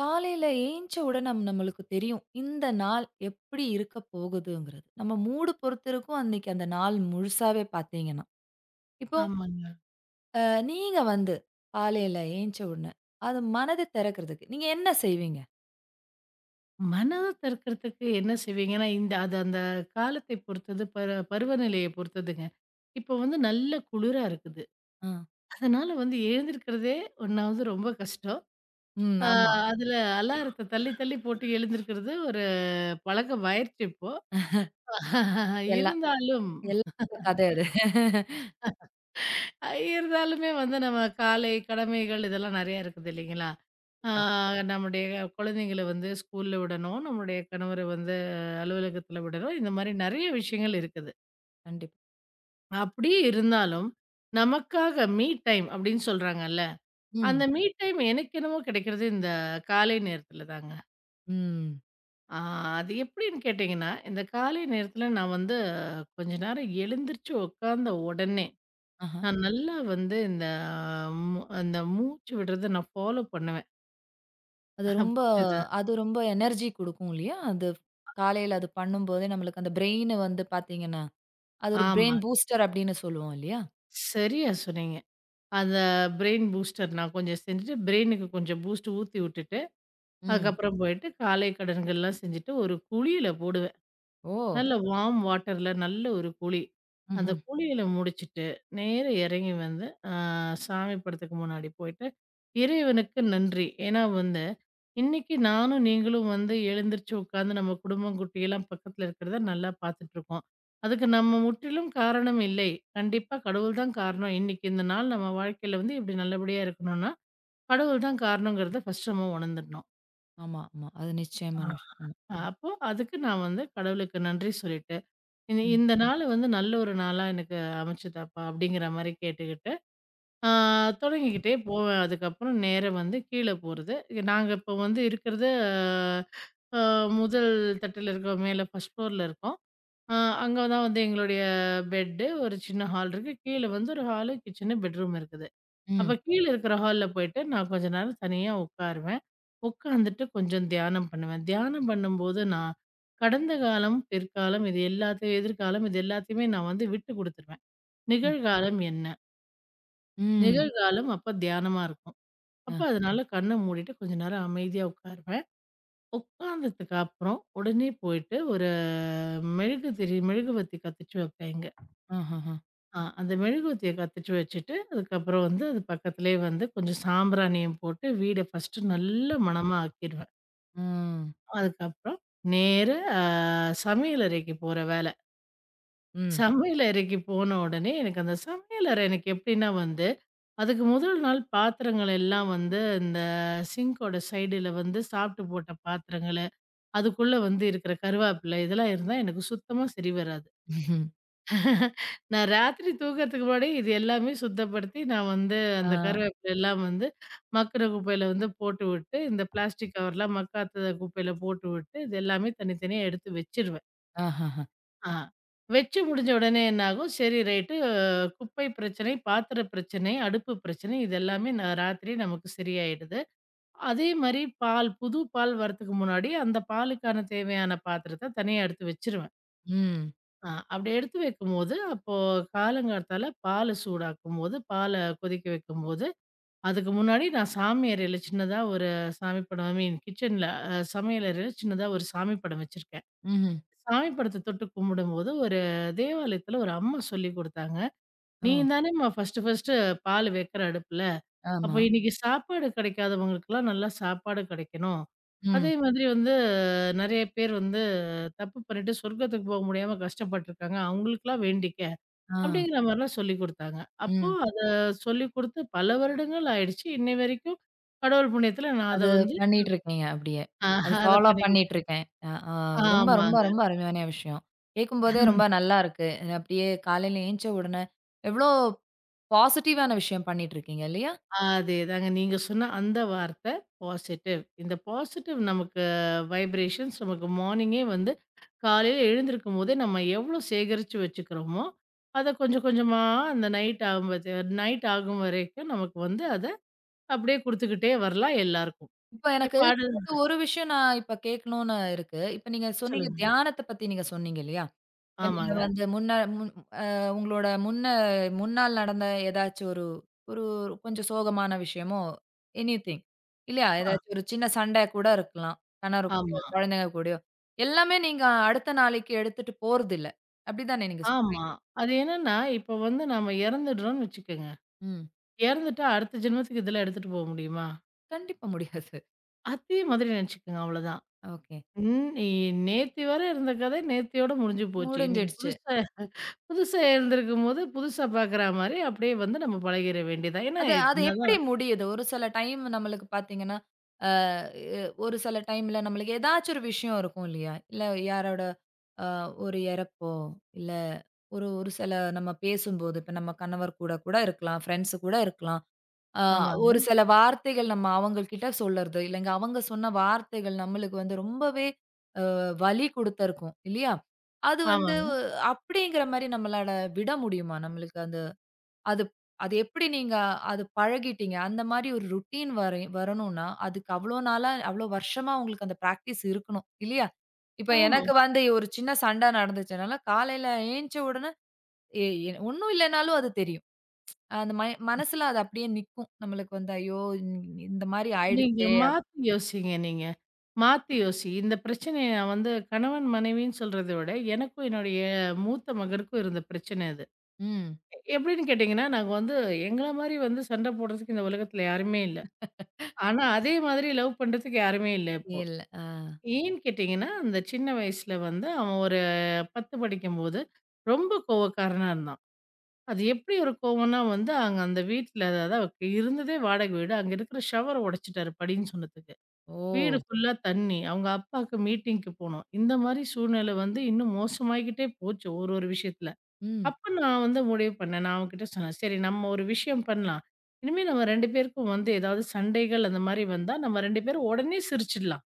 காலையில ஏஞ்ச உடனே நம்மளுக்கு தெரியும். இந்த நாள் எப்படி இருக்க போகுதுங்கிறது. நம்ம மூடு பொறுத்து இருக்கும் அன்னைக்கு அந்த நாள் முழுசாவே பார்த்தீங்கன்னா. இப்போ ஆமாங்க. அ நீங்க வந்து காலையில ஏஞ்ச உடனே, அது மனது திறக்கிறதுக்கு நீங்க என்ன செய்வீங்க? மன அழுத்தம் இருக்கிறதுக்கு என்ன செய்வீங்கன்னா, இந்த அந்த காலத்தை பொறுத்தது, பருவநிலையை பொறுத்ததுங்க. இப்போ வந்து நல்ல குளிரா இருக்குது. அ. அதனால வந்து எழுந்திருக்கிறதே ஒண்ணாவது ரொம்ப கஷ்டம். ம். ஆ ஆமா. அதில அலாரத்த தள்ளி, தள்ளி போட்டு எழுந்திருக்கிறது ஒரு பழக்கமாயிருச்சு இப்போ. எல்லா இருந்தாலும் எல்லாரோட கதை அது. அ இருந்தாலுமே வந்து நம்ம காலை கடமைகள் இதெல்லாம் நெறையா இருக்குது இல்லைங்களா? ஆ கண்டிப்பா, நம்முடைய குழந்தைங்கள வந்து ஸ்கூல்ல விடணும், நம்முடைய கணவர வந்து அலுவலகத்தில விடணும். இந்த மாரி நெறைய விஷயங்கள் இருக்குது. கண்டிப்பா. அப்படியே இருந்தாலும், நமக்காக மீ டைம் அப்படின்னு சொல்றாங்கல்ல, அந்த ம். மீ டைம் எனக்கு என்னமோ கிடைக்கிறது இந்த காலை நேரத்தில தாங்க. ம். ஆ அது எப்படின்னு கேட்டீங்கன்னா, இந்த காலை நேரத்தில நான் வந்து கொஞ்ச நேரம் எழுந்திரிச்சு உட்காந்த உடனே ஆஹா. நான் நல்லா வந்து இந்த அந்த மூச்சு விடுறத நான் ஃபாலோ பண்ணுவேன். அது ரொம்ப புரிஞ்சதா? அது ரொம்ப எனர்ஜி குடுக்கும் இல்லையா? அது காலையில அது பண்ணும்போதே நம்மளுக்கு அந்த பிரெயின் வந்து பார்த்தீங்கன்னா, அது ஒரு ஆமா. பிரெயின் பூஸ்டர் அப்படின்னு சொல்லுவோம் இல்லையா? சரியா சொன்னீங்க. அந்த பிரெயின் பூஸ்டர் நான் கொஞ்சம் செஞ்சுட்டு, பிரெயினுக்கு கொஞ்சம் பூஸ்ட் ஊத்தி விட்டுட்டு, ம். அதுக்கப்புறம் போயிட்டு காலை கடன்கள்லாம் செஞ்சுட்டு, ஒரு குழியில போடு ஓ! நல்ல வார்ம் வாட்டர்ல நல்ல ஒரு குளி. அந்த ம்ஹ்ம். குளியல முடிச்சுட்டு, நேரா இறங்கி வந்து, சாமி படத்துக்கு முன்னாடி போயிட்டு, இறைவனுக்கு நன்றி. ஏன்னா வந்து, இன்னைக்கு நானும் நீங்களும் வந்து எழுந்திரிச்சு உட்காந்து நம்ம குடும்பம், குட்டியெல்லாம் பக்கத்துல இருக்கிறத நல்லா பார்த்துட்டுருக்கோம். அதுக்கு நம்ம முற்றிலும் காரணம் இல்லை. கண்டிப்பா கடவுள் தான் காரணம். இன்னைக்கு இந்த நாள் நம்ம வாழ்க்கையில வந்து இப்படி நல்லபடியா இருக்கணும்னா, கடவுள் தான் காரணங்கிறத ஃபர்ஸ்ட் நம்ம உணர்ந்துடணும். ஆமா, ஆமா. அது ஆ. நிச்சயமான விஷயம். ஆமா. அப்போ அதுக்கு நான் வந்து கடவுளுக்கு நன்றி சொல்லிட்டேன். இந்த ம். இந்த நாள் வந்து நல்ல ஒரு நாளா எனக்கு அமைச்சுதாப்பா அப்படிங்கிற மாரி கேட்டுக்கிட்டு, ஆ தொடங்கிக்கிட்டே போவேன். அதுக்கப்புறம் நேரா வந்து கீழ போறது. நாங்க இப்போ வந்து இருக்கிறது அ முதல் தட்டில இருக்கோம். மேல 1 ஃப்ளோர்ல இருக்கோம். அ அங்க தான் வந்து எங்களுடைய பெட்டு, ஒரு சின்ன ஹால் இருக்கு. கீழ வந்து ஒரு ஹாலு, கிச்சனு, பெட்ரூம் இருக்குது. அப்ப ம். கீழ இருக்கிற ஹால்ல போயிட்டு நான் கொஞ்ச நேரம் தனியா உட்காருவேன். உட்காந்துட்டு கொஞ்சம் தியானம் பண்ணுவேன். தியானம் பண்ணும்போது நான் கடந்த காலம், பிற்காலம் இது எல்லாத்தையும் எதிர்காலம் இது எல்லாத்தையுமே நான் வந்து விட்டு குடுத்துருவேன். ம். நிகழ்காலம் என்ன? ம். நிகழ்காலம் அப்ப தியானமா இருக்கும். அப்ப அ. அதனால கண்ண மூடிட்டு கொஞ்ச நேரம் அமைதியா உட்காருவேன். உட்கார்ந்ததுக்கு அப்புறம் உடனே போயிட்டு ஒரு மெழுகுவர்த்தி கத்துச்சு வைப்பேங்க. ஆஹஹா. அந்த மெழுகுவர்த்திய கத்துட்டு வச்சுட்டு, அதுக்கப்புறம் வந்து அது பக்கத்திலேயே வந்து கொஞ்சம் சாம்பிராணியும் போட்டு வீட ஃபர்ஸ்ட்டு நல்ல மணமா ஆக்கிருவேன். ம். அதுக்கப்புறம் நேர அ சமையல் அறைக்கு போற வேல. ம். சமையல் அறைக்கு போன உடனே எனக்கு அந்த சமையல் அறை எனக்கு எப்படின்னா வந்து, அதுக்கு முதல் நாள் பாத்திரங்கள் எல்லாம் வந்து இந்த சிங்க்கோட சைடுல வந்து சாப்பிட்டு போட்ட பாத்திரங்களு, அதுக்குள்ள வந்து இருக்கிற கருவேப்பிலை இதெல்லாம் இருந்தா எனக்கு சுத்தமா சரி வராது. ம்ஹும். நான் ராத்திரி தூங்குறதுக்கு முன்னாடி இது எல்லாமே சுத்தப்படுத்தி, நான் வந்து ஆ. அந்த கருவேப்பிலை எல்லாம் வந்து மக்குன குப்பையில வந்து போட்டுவிட்டு, இந்த பிளாஸ்டிக் கவர்லாம் மக்காத குப்பையில போட்டுவிட்டு, இது எல்லாமே தனித்தனியா எடுத்து வச்சுருவேன். ஆஹஹா. ஆ. வச்சு முடிஞ்ச உடனே என்ன ஆகும், சரி ரைட்டு குப்பை பிரச்சனை, பாத்திர பிரச்சனை, அடுப்பு பிரச்சனை இது எல்லாமே ராத்திரியே நமக்கு சரியாயிடுது. அதே மாரி புது பால் வரதுக்கு முன்னாடி, அந்த பாலுக்கான தேவையான பாத்திரத்த தனியா எடுத்து வச்சுருவேன். ம். அப்படி எடுத்து வைக்கும்போது, அப்போ காலங்காத்தால பால சூடாக்கும்போது, பால கொதிக்க வைக்கும்போது, அதுக்கு முன்னாடி நான் சாமி அறையில சின்னதா ஒரு சாமி படம் ஐ மீன் கிச்சன்ல அ சமையல் அறையில சின்னதா ஒரு சாமி படம் வச்சிருக்கேன். ம்ஹ்ம். சாமி படத்த தொட்டு கும்பிடும்போது, ஒரு தேவாலயத்துல ஒரு அம்மா சொல்லிக் குடுத்தாங்க. ஓ! "நீ தானேம்மா ஃபர்ஸ்ட்டு ஃபர்ஸ்ட்டு பால் வைக்கிற அடுப்புல. அப்போ ஆமா. இன்னைக்கு சாப்பாடு கிடைக்காதவங்களுக்கெல்லாம் நல்லா சாப்பாடு கிடைக்கணும். ம். அதே மாதிரி வந்து நெறைய பேர் வந்து தப்பு பண்ணிட்டு சொர்க்கத்துக்கு போக முடியாம கஷ்டப்பட்டுருக்காங்க. அவங்களுக்கெல்லாம் வேண்டிக்க." ஆ. அப்படிங்கிற மாரிலாம் சொல்லிக் குடுத்தாங்க. அப்போ ம். அத சொல்லிக் குடுத்து பல வருடங்கள் ஆயிடுச்சு. இன்னை வரைக்கும் கடவுள் புண்ணியத்துல நான் அத அது வந்து பண்ணிட்டு இருக்கீங்க அப்படியே. அ அது அத ஃபாலோ பண்ணிக்கிட்டு பண்ணிட்டு இருக்கேன். அ, ஆ. ரொம்ப, ரொம்ப, ஆமாங்க. ரொம்ப அருமையான விஷயம். கேட்கும்போதே ரொம்ப நல்லா இருக்கு. அப்படியே காலையில ஏஞ்ச உடனே எவ்வளோ பாசிட்டிவான விஷயம் பண்ணிட்டு இருக்கீங்க இல்லையா? அதேதாங்க. நீங்க சொன்ன அந்த வார்த்தை பாசிட்டிவ். இந்த பாசிட்டிவ் நமக்கு வைப்ரேஷன்ஸ் நமக்கு மார்னிங்கே வந்து காலையில எழுந்திருக்கும்போதே நம்ம எவ்வளோ சேகரிச்சு வச்சுக்கிறோமோ, அத கொஞ்சம் கொஞ்சமா அந்த நைட் ஆகும்போது நைட் ஆகும் வரைக்கும் நமக்கு வந்து அத அப்படியே குடுத்துக்கிட்டே வரலாம் எல்லாருக்கும். இப்ப எனக்கு இப்ப இந்த அடுத் ஒரு விஷயம் நான் இப்ப கேட்கணும்னு இருக்கு. இப்ப நீங்க சொன்னீங்க சொல்லுங்க. தியானத்த பத்தி நீங்க சொன்னீங்க இல்லையா? இப்ப நீங்க ஆமாங்க. வந்து முன்ன முன் அ உங்களோட முன்னால் நடந்த ஏதாச்சும் ஒரு ஒரு கொஞ்சம் சோகமான விஷயமோ எனிதிங் இல்லையா? ஆ ஏதாச்சும் ஒரு சின்ன சண்டை கூட இருக்கலாம். கணவர் கூடயோ, ஆமா. குழந்தைங்க கூடயோ. எல்லாமே நீங்க அடுத்த நாளைக்கு எடுத்துட்டு போறதில்ல. அப்படிதானே நீங்க ஆமா. அது என்னன்னா, இப்ப வந்து நாம இறந்துடுறோம்னு வச்சுக்கங்க. ம். இறந்துட்டா அடுத்த ஜென்மத்துக்கு இதெல்லாம் எடுத்துட்டு போக முடியுமா? கண்டிப்பா முடியாது. அதே மாதிரி நினைச்சுக்கங்க அவ்வளதான். ஓகே. ம் இ நேத்து வரை இருந்த கதை நேத்தியோட முடிஞ்சு போச்சு. இன்னைக்கு முடிஞ்சிடுச்சு. புதுசா புதுசா எழுந்திருக்கும்போது, புதுசா பார்க்குற மாரி அப்படியே வந்து நம்ம பழகிற வேண்டியதான். ஏன்னா அது அது எப்படி என்னதான் முடியுது? ஒரு சில டைம் நம்மளுக்கு பார்த்தீங்கன்னா, அ எ ஒரு சில டைம்ல நம்மளுக்கு ஏதாச்சும் ஒரு விஷயம் இருக்கும் இல்லையா? இல்ல யாரோட அ ஒரு இறப்போ, இல்ல ஒரு ஒரு சில நம்ம பேசும்போது, இப்ப நம்ம கணவர் கூட கூட இருக்கலாம், ஃப்ரெண்ட்ஸ் கூட இருக்கலாம். அ ஆமாங்க, ஒரு சில வார்த்தைகள் நம்ம அவங்ககிட்ட சொல்றது, இல்லங்க அவங்க சொன்ன வார்த்தைகள் நம்மளுக்கு வந்து ரொம்பவே வலி குடுத்திருக்கும் இல்லையா? அது வந்து ஆமாங்க. அப்படிங்கிற மாரி நம்மளால விட முடியுமா? நம்மளுக்கு அந்த அது அது எப்படி நீங்க அது பழகிட்டீங்க? அந்த மாரி ஒரு ருட்டீன் வரை வரணும்னா, அதுக்கு அவ்ளோ நாளா, அவ்ளோ வருஷமா உங்களுக்கு அந்த பிராக்டிஸ் இருக்கணும். இல்லையா? இப்ப ஆமா. எனக்கு வந்து ஒரு சின்ன சண்டை நடந்துச்சுனால, காலையில ஏஞ்ச உடனே எ எ ஒண்ணும் இல்லைனாலும் அது தெரியும். அந்த மனசுல அது அப்படியே நிக்கும். நம்மளுக்கு வந்து, "ஐயோ! இந்த மாரி நீங்க ஆயிடுச்சே!" மாத்தி யோசிங்க நீங்க. மாத்தி யோசி. இந்த பிரச்சனைய நான் வந்து கணவன் மனைவின்னு சொல்றத விட, எனக்கும் என்னுடைய மூத்த மகனுக்கும் இருந்த பிரச்சனை அது. ம். எப்படின்னு கேட்டீங்கன்னா, நாங்க வந்து எங்கள மாரி வந்து சண்டை போடுறதுக்கு இந்த உலகத்துல யாருமே இல்ல. ஆனா, அதே மாதிரி லவ் பண்றதுக்கு யாருமே இல்ல இப்போ. இல்ல. ஆ. ஏன்னு கேட்டீங்கன்னா, அந்த சின்ன வயசுல வந்து அவன் ஒரு 10 படிக்கும்போது ரொம்ப கோவக்காரனா இருந்தான். அது எப்படி ஒரு கோவம்னா வந்து, அங்க அந்த வீட்ல அதாவது அவருக்கு இருந்ததே வாடகை வீடு. அங்க இருக்கிற ஷவர உடைச்சுட்டாரு படின்னு சொன்னதுக்கு. வீடு ஓ! ஃபுல்லா தண்ணி. அவங்க அப்பாக்கு மீட்டிங்க்கு போணும். இந்த மாரி சூழ்நிலை வந்து இன்னும் மோசமாகிக்கிட்டே போச்சு ஒரு ஒரு விஷயத்துல. ம். அப்ப நான் வந்து முடிவு பண்ணேன். நான் அவன்கிட்ட சொன்னேன். சரி நம்ம ஒரு விஷயம் பண்ணலாம். இனிமே நம்ம 2 பேருக்கும் வந்து ஏதாவது சண்டைகள் அந்த மாரி வந்தா, நம்ம 2 பேரும் உடனே சிரிச்சிடலாம்.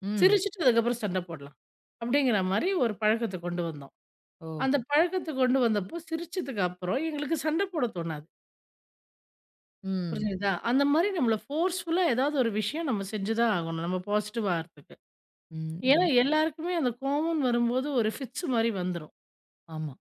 ம். சிரிச்சுட்டு அதுக்கப்புறம் சண்டை போடலாம். அப்படிங்கிற மாரி ஒரு பழக்கத்த கொண்டு வந்தோம். ஓ! அந்த பழக்கத்த கொண்டு வந்தப்போ சிரிச்சதுக்கு அப்புறம் எங்களுக்கு சண்டை போட தோணாது. ம். புரிஞ்சுதா? அந்த மாரி நம்மள ஃபோர்ஸ்ஃபுல்லா ஏதாவது ஒரு விஷயம் நம்ம செஞ்சு தான் ஆகணும். நம்ம பாசிட்டிவ் ஆறதுக்கு. ம். ஏன்னா எல்லாருக்குமே அந்த கோவம்ன்னு வரும்போது ஒரு ஃபிட்ஸ் மாரி வந்துரும். ஆமா.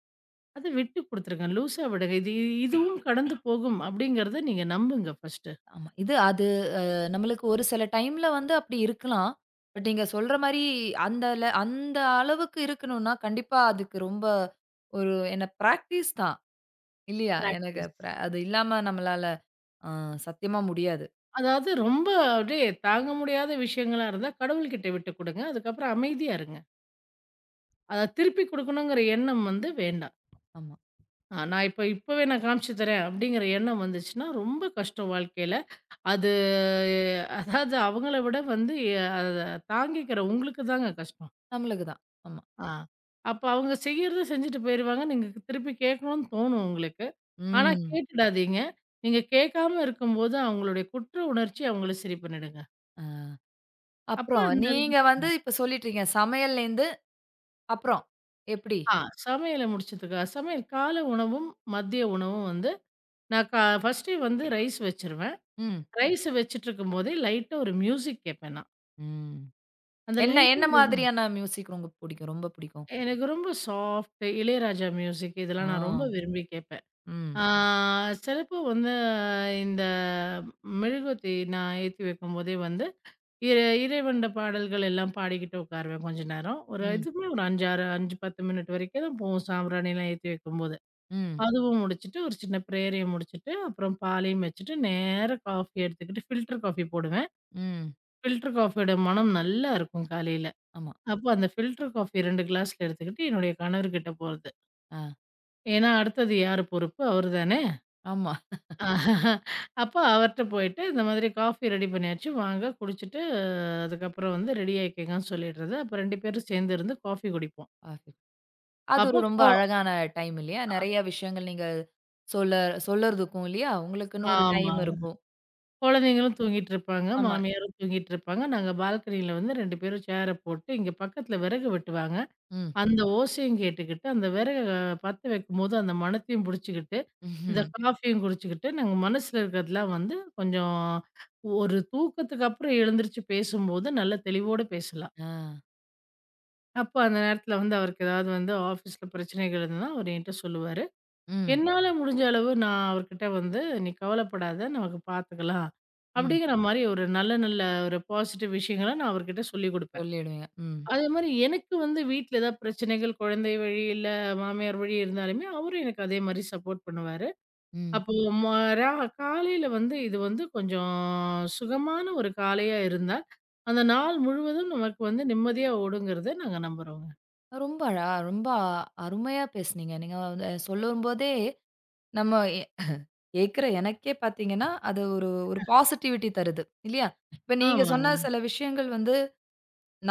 அத விட்டு குடுத்துருங்க. லூசா விடுங்க. இதுவும் கடந்து போகும் அப்படிங்கிறத நீங்க நம்புங்க ஃபர்ஸ்ட்டு. ஆமா. இது அது அ நம்மளுக்கு ஒரு சில டைம்ல வந்து அப்படி இருக்கலாம். பட் நீங்க சொல்ற மாரி அந்த அளவுக்கு இருக்கணும்னா, கண்டிப்பா அதுக்கு ரொம்ப ஒரு என்ன பிராக்டிஸ் தான். இல்லையா? எனக்கு பிராக்டிஸ். அது இல்லாம நம்மளால அ சத்தியமா முடியாது. அதாவது ரொம்ப அப்படியே தாங்க முடியாத விஷயங்களா இருந்தா கடவுள்கிட்ட விட்டு குடுங்க. அதுக்கப்புறம் அமைதியா இருங்க. அத திருப்பி குடுக்கணுங்கிற எண்ணம் வந்து வேண்டாம். ஆமா. நான் இப்பவே நான் காமிச்சு தரேன் அப்படிங்கிற எண்ணம் வந்துச்சுன்னா, ரொம்ப கஷ்டம் வாழ்க்கையில. அது அதாவது அவங்கள விட வந்து அத தாங்கிக்கிற உங்களுக்கு தாங்க கஷ்டம். நம்மளுக்கு தான். ஆமா. ஆ. அப்ப அவங்க செய்யறத செஞ்சுட்டு போயிருவாங்க. நீங்க திருப்பி கேட்கணும்னு தோணும் உங்களுக்கு. ஆனா ம். கேட்டுடாதீங்க. நீங்க கேட்காம இருக்கும்போது அவங்களுடைய குற்ற உணர்ச்சி அவங்கள சரி பண்ணிடுங்க. அ அப்ப அப்புறம் அந்த நீங்க வந்து இப்ப சொல்லிட்டீங்க. சமையல்லேருந்து அப்புறம் எப்படி? ஆ சமையல முடிச்சதுக்கா சமையல் காலை உணவும், மதிய உணவும் வந்து நான் ஃபர்ஸ்ட்டே வந்து ரைஸ் வச்சுருவேன். ம். ரைஸ் வச்சுட்டு இருக்கும்போதே லைட்டா ஒரு மியூசிக் கேட்பேன் நான். ம். அந்த என்ன லைட்டா என்ன மாதிரியான மியூசிக் ரொம்ப பிடிக்கும்? ரொம்ப பிடிக்கும். எனக்கு ரொம்ப சாஃப்ட் இளையராஜா மியூசிக் ஆ. இதெல்லாம் நான் ரொம்ப விரும்பி கேட்பேன். ம். ஆ சிலப்போ வந்து இந்த மெழுகுவர்த்தி நான் ஏத்தி வைக்கும்போதே வந்து, இற இறைவன்ட பாடல்கள் எல்லாம் பாடிக்கிட்டு உட்காருவேன் கொஞ்ச நேரம். ஒரு ம். இதுவுமே ஒரு 5, 6 5, 10 மினிட் வரைக்கும் தான் போகும் சாம்பிராணிலாம் ஏத்தி வைக்கும்போது. ம். அதுவும் முடிச்சுட்டு, ஒரு சின்ன பிரேயரையும் முடிச்சுட்டு, அப்புறம் பாலையும் வச்சுட்டு, நேரா காஃபி எடுத்துக்கிட்டு ஃபில்டர் காஃபி போடுவேன். ம். ஃபில்டர் காஃபியோட மனம் நல்லா இருக்கும் காலையில. ஆமா. அப்போ அந்த ஃபில்டர் காஃபி 2 கிளாஸ்ல எடுத்துக்கிட்டு, என்னுடைய கணவர்கிட்ட போறது. ஆ. ஏன்னா, அடுத்தது யாரு பொறுப்பு? அவரு தான. ஆமா. ஆஹா. அப்போ அவர்ட்ட போயிட்டு, இந்த மாதிரி காஃபி ரெடி பண்ணியாச்சு, வாங்க குடிச்சிட்டு அதுக்கப்புறம் வந்து ரெடி ஆயிக்கங்கன்னு சொல்லிடுறது. அப்ப 2 பேரும் சேர்ந்து இருந்து காஃபி குடிப்போம். ஆஃபீஸ். அது ஒரு அப்போ ரொம்ப கோ அழகான டைம் இல்லையா? நெறைய விஷயங்கள் நீங்க சொல்ல சொல்லறதுக்கும் இல்லையா? உங்களுக்குன்னு ஒரு டைம் ஆமாங்க. இருக்கும். குழந்தைங்களும் தூங்கிட்டு இருப்பாங்க, ஆமா. மாமியாரும் தூங்கிட்டு இருப்பாங்க. நாங்க பால்கனியில வந்து 2 பேரும் சேர போட்டு, இங்க பக்கத்துல விறகு வெட்டுவாங்க. ம். அந்த ஓசையும் கேட்டுக்கிட்டு, அந்த பத்த வைக்கும்போது அந்த மணத்தையும் புடிச்சுக்கிட்டு, இந்த ம்ஹ்ம். காஃபியும் குடிச்சுக்கிட்டு, நாங்க மனசுல இருக்கிறதெல்லாம் வந்து கொஞ்சம் ஒரு தூக்கத்துக்கு அப்புறம் எழுந்திரிச்சு பேசும்போது நல்ல தெளிவோட பேசலாம். ஆ. அப்ப அந்த நேரத்துல வந்து அவருக்கு ஏதாவது வந்து ஆஃபீஸ்ல பிரச்சனைகள் இருந்ததுன்னா, அவரு என்கிட்ட சொல்லுவாரு. ம். என்னால முடிஞ்ச அளவு நான் அவர்கிட்ட வந்து, "நீ கவலைப்படாத நமக்கு பார்த்துக்கலாம்." ம். அப்படிங்கிற மாரி ஒரு நல்ல நல்ல ஒரு பாசிட்டிவ் விஷயங்கள நான் அவர்கிட்ட சொல்லிக் குடுப்பேன். சொல்லிடுவீங்க. ம். அதே மாரி எனக்கு வந்து வீட்ல ஏதாவது பிரச்சனைகள் குழந்தை வழி, இல்ல மாமியார் வழி இருந்தாலுமே, அவரும் எனக்கு அதே மாரி சப்போர்ட் பண்ணுவாரு. ம். அப்போ ம ரா காலையில வந்து இது வந்து கொஞ்சம் சுகமான ஒரு காலையா இருந்தா, அந்த நாள் முழுவதும் நமக்கு வந்து நிம்மதியா ஓடுங்கிறத நாங்க நம்புறோங்க. ரொம்ப அழகா ரொம்ப அருமையா பேசுனீங்க. நீங்க வந்து சொல்லும்போதே நம்ம எ கேட்கிற எனக்கே பார்த்தீங்கன்னா, அது ஒரு ஒரு பாசிட்டிவிட்டி தருது இல்லையா? இப்ப நீங்க ஆமாங்க. சொன்ன சில விஷயங்கள் வந்து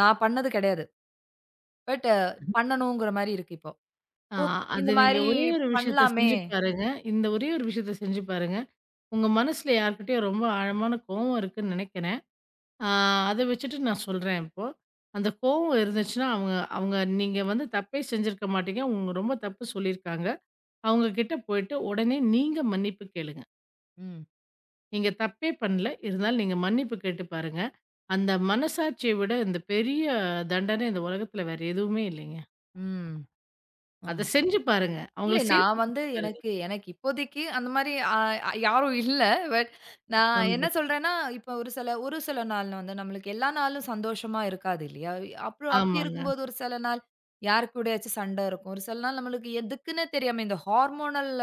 நான் பண்ணது கிடையாது. பட் பண்ணணுங்கிற மாரி இருக்கு இப்போ. ஆ, ஓக் இந்த அது நீங்க மாரி ஒரே ஒரு விஷயத்த பண்ணலாமே! செஞ்சு பாருங்க. இந்த ஒரே ஒரு விஷயத்த செஞ்சு பாருங்க. உங்க மனசுல யார்கிட்டயோ ரொம்ப ஆழமான கோவம் இருக்குன்னு நெனைக்கிறேன். ஆ அத வச்சுட்டு நான் சொல்றேன் இப்போ. அந்த கோவம் இருந்துச்சுன்னா, அவங்க அவங்க நீங்க வந்து தப்பே செஞ்சிருக்க மாட்டீங்க. உங்க ரொம்ப தப்பு சொல்லியிருக்காங்க. அவங்க கிட்ட போயிட்டு உடனே நீங்க மன்னிப்பு கேளுங்க. ம், நீங்க தப்பே பண்ணல. இருந்தாலும் நீங்க மன்னிப்பு கேட்டு பாருங்க. அந்த மனசாட்சிய விட இந்த பெரிய தண்டனை இந்த உலகத்துல வேற எதுவுமே இல்லைங்க. ம். அத ஆமா. செஞ்சு பாருங்க. இல்ல அவங்கள நான் சேர்த்து வந்து பாருங்க. எனக்கு எனக்கு இப்போதைக்கு அந்த மாரி யாரும் இல்ல. பட் நான் என்ன சந்தோஷம். சொல்றேன்னா, இப்போ ஒரு சில நாள் வந்து நம்மளுக்கு எல்லா நாளும் சந்தோஷமா இருக்காது இல்லையா? அப்புறம் அப்படி ஆமாங்க. இருக்கும்போது ஒரு சில நாள் யார் கூடயாச்சும் சண்டை இருக்கும். ஒரு சில நாள் நம்மளுக்கு எதுக்குன்னே தெரியாம இந்த ஹார்மோனல்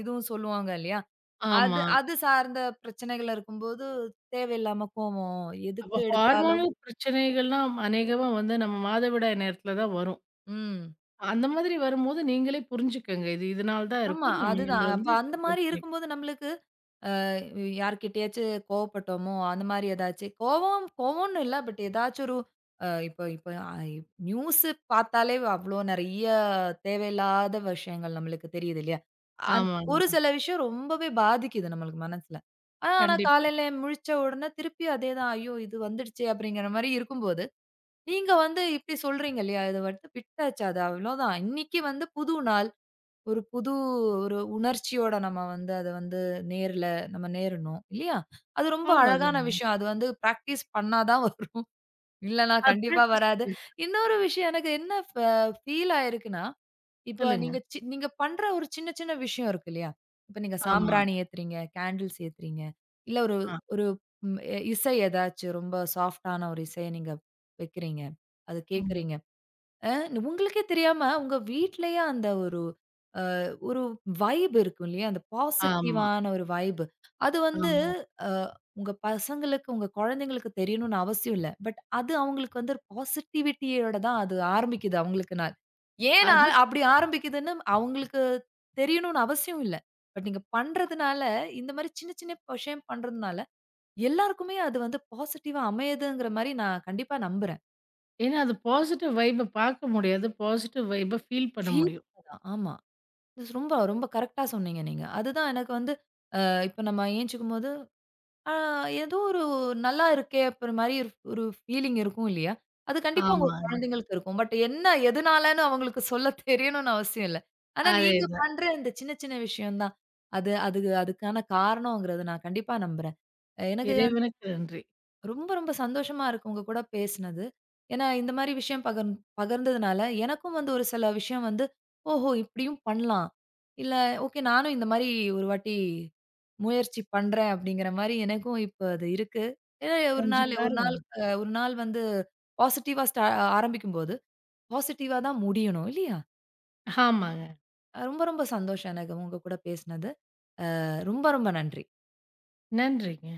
இதுவும் சொல்லுவாங்க இல்லையா? அது ஆமா. அது சார்ந்த பிரச்சனைகள் இருக்கும்போது தேவையில்லாம கோவம் எதுக்கு அப்ப எடுத்தாலும் ஹார்மோனல் பிரச்சனைகள்லாம் அநேகமா வந்து நம்ம மாதவிடாய் நேரத்துல தான் வரும். ம். அந்த மாதிரி வரும்போது நீங்களே புரிஞ்சுக்கங்க. இதனால தான் ஆமா. இருக்கும். அதுதான். நம்மள அப்ப வந்து அந்த கண்ட்ரோல் மாரி பண்ணி இருக்கும்போது நம்மளுக்கு அ யார்கிட்டயாச்சும் கோவப்பட்டோமோ, அந்த மாரி ஏதாச்சு கோவம் கோவம்னு இல்ல. பட் ஏதாச்சும் ஒரு அ இப்போ இப்போ அ நியூஸ் பார்த்தாலே அவ்ளோ நெறைய தேவையில்லாத விஷயங்கள் நம்மளுக்கு தெரியுது இல்லையா? அந் ஆமாங்க. ஒரு சில விஷயம் ரொம்பவே பாதிக்குது நம்மளுக்கு மனசுல. ஆனா கண்டிப்பா. காலையில முழிச்ச உடனே திருப்பி அதேதான். ஐயோ! இது வந்துடுச்சே அப்படிங்கிற மாரி இருக்கும்போது, நீங்க வந்து இப்படி சொல்றீங்க இல்லையா? இத வந்து விட்டாச்சு அது அவ்வளோதான். இன்னைக்கு வந்து புது நாள். ஒரு புது ஒரு உணர்ச்சியோட நம்ம வந்து அத வந்து நேர்ல நம்ம நேரணும். இல்லையா? அது ரொம்ப அழகான அவ்வளோதாங்க. விஷயம். அது வந்து பிராக்டிஸ் பண்ணா தான் வரும். இல்லன்னா அது கண்டிப்பா பிராக்டிஸ் வராது. பண்ணி இன்னொரு விஷயம் எனக்கு என்ன ஃபீல் ஆயிருக்குன்னா, இப்ப சொல்லுங்க. நீங்க பண்ற ஒரு சின்ன சின்ன விஷயம் இருக்கு இல்லையா? இப்ப நீங்க ஆமா. சாம்பிராணி ஏத்துறீங்க, கேண்டில்ஸ் ஏத்துறீங்க. இல்ல ஒரு ஆ. ஒரு ம் எ இசை ஏதாச்சும் ரொம்ப சாஃப்ட்டான ஒரு இசைய நீங்க வைக்கிறீங்க. அது ம். கேட்கிறீங்க. அ உங்களுக்கே தெரியாம உங்க வீட்லயே அந்த ஒரு ஒரு வைப் இருக்கும் இல்லையா? அந்த ஆமா, பாசிட்டிவான ஒரு வைப். அது வந்து ஆமா. அ உங்க பசங்களுக்கு, உங்க குழந்தைங்களுக்கு தெரியணும்னு அவசியம் இல்ல. பட் அது அவங்களுக்கு வந்து ஒரு பாசிட்டிவிட்டியோட தான் அது ஆரம்பிக்குது அவங்களுக்கு நாள். ஏன் அது நான் அப்படி ஆரம்பிக்குதுன்னு அவங்களுக்கு தெரியணும்னு அவசியம் இல்ல. பட் நீங்க பண்றதுனால, இந்த மாரி சின்ன சின்ன விஷயம் பண்றதுனால, எல்லாருக்குமே அது வந்து பாசிட்டிவா அமையுதுங்கிற மாரி நான் கண்டிப்பா நம்புறேன். ஏன்னா அது பாசிட்டிவ் வைப்ப பார்க்க முடியாது. பாசிட்டிவ் வைப்ப ஃபீல் பண்ண ஃபீல் முடியும். ஆமா. இது ரொம்ப ரொம்ப கரெக்ட்டா சொன்னீங்க நீங்க. அதுதான் எனக்கு வந்து இப்ப நம்ம ஏன்ச்சுக்கும்போது ஆ ஏதோ ஒரு நல்லா இருக்கே! அப்புறம் மாரி ஒரு ஒரு ஃபீலிங் இருக்கும் இல்லயா! அது கண்டிப்பா உங்க ஆமாங்க. குழந்தைங்களுக்கு இருக்கும். பட் என்ன எதுனாலன்னு அவங்களுக்கு சொல்ல தெரியணும்னு அவசியம் இல்ல. ஆனா நீங்க அதேதான். பண்ற இந்த சின்ன சின்ன விஷயம் தான். அது அது அதுக்கான காரணங்கிறத நான் கண்டிப்பா நம்புறேன். எனக்கு இறைவனுக்கு நன்றி. ரொம்ப, ரொம்ப சந்தோஷமா இருக்கு உங்க கூட பேசினது. ஏன்னா, இந்த மாரி விஷயம் பகிர்ந்ததுனால, எனக்கும் வந்து ஒரு சில விஷயம் வந்து, ஓஹோ! இப்படியும் பண்ணலாம். இல்ல, ஓகே நானும் இந்த மாரி ஒரு வாட்டி முயற்சி பண்றேன் அப்படிங்கிற மாரி எனக்கும் இப்ப அது இருக்கு. ஏன்னா, ஒரு செஞ்சு நாள் ம். ஒரு பாருங்க. நாள் அ ஒரு நாள் வந்து பாசிட்டிவா ஆரம்பிக்கும்போது, பாசிட்டிவா தான் முடியணும் இல்லையா? ஆமாங்க. ரொம்ப, ரொம்ப சந்தோஷம் எனக்கு உங்க கூட பேசினது. ரொம்ப, ரொம்ப நன்றி. நன்றிங்க.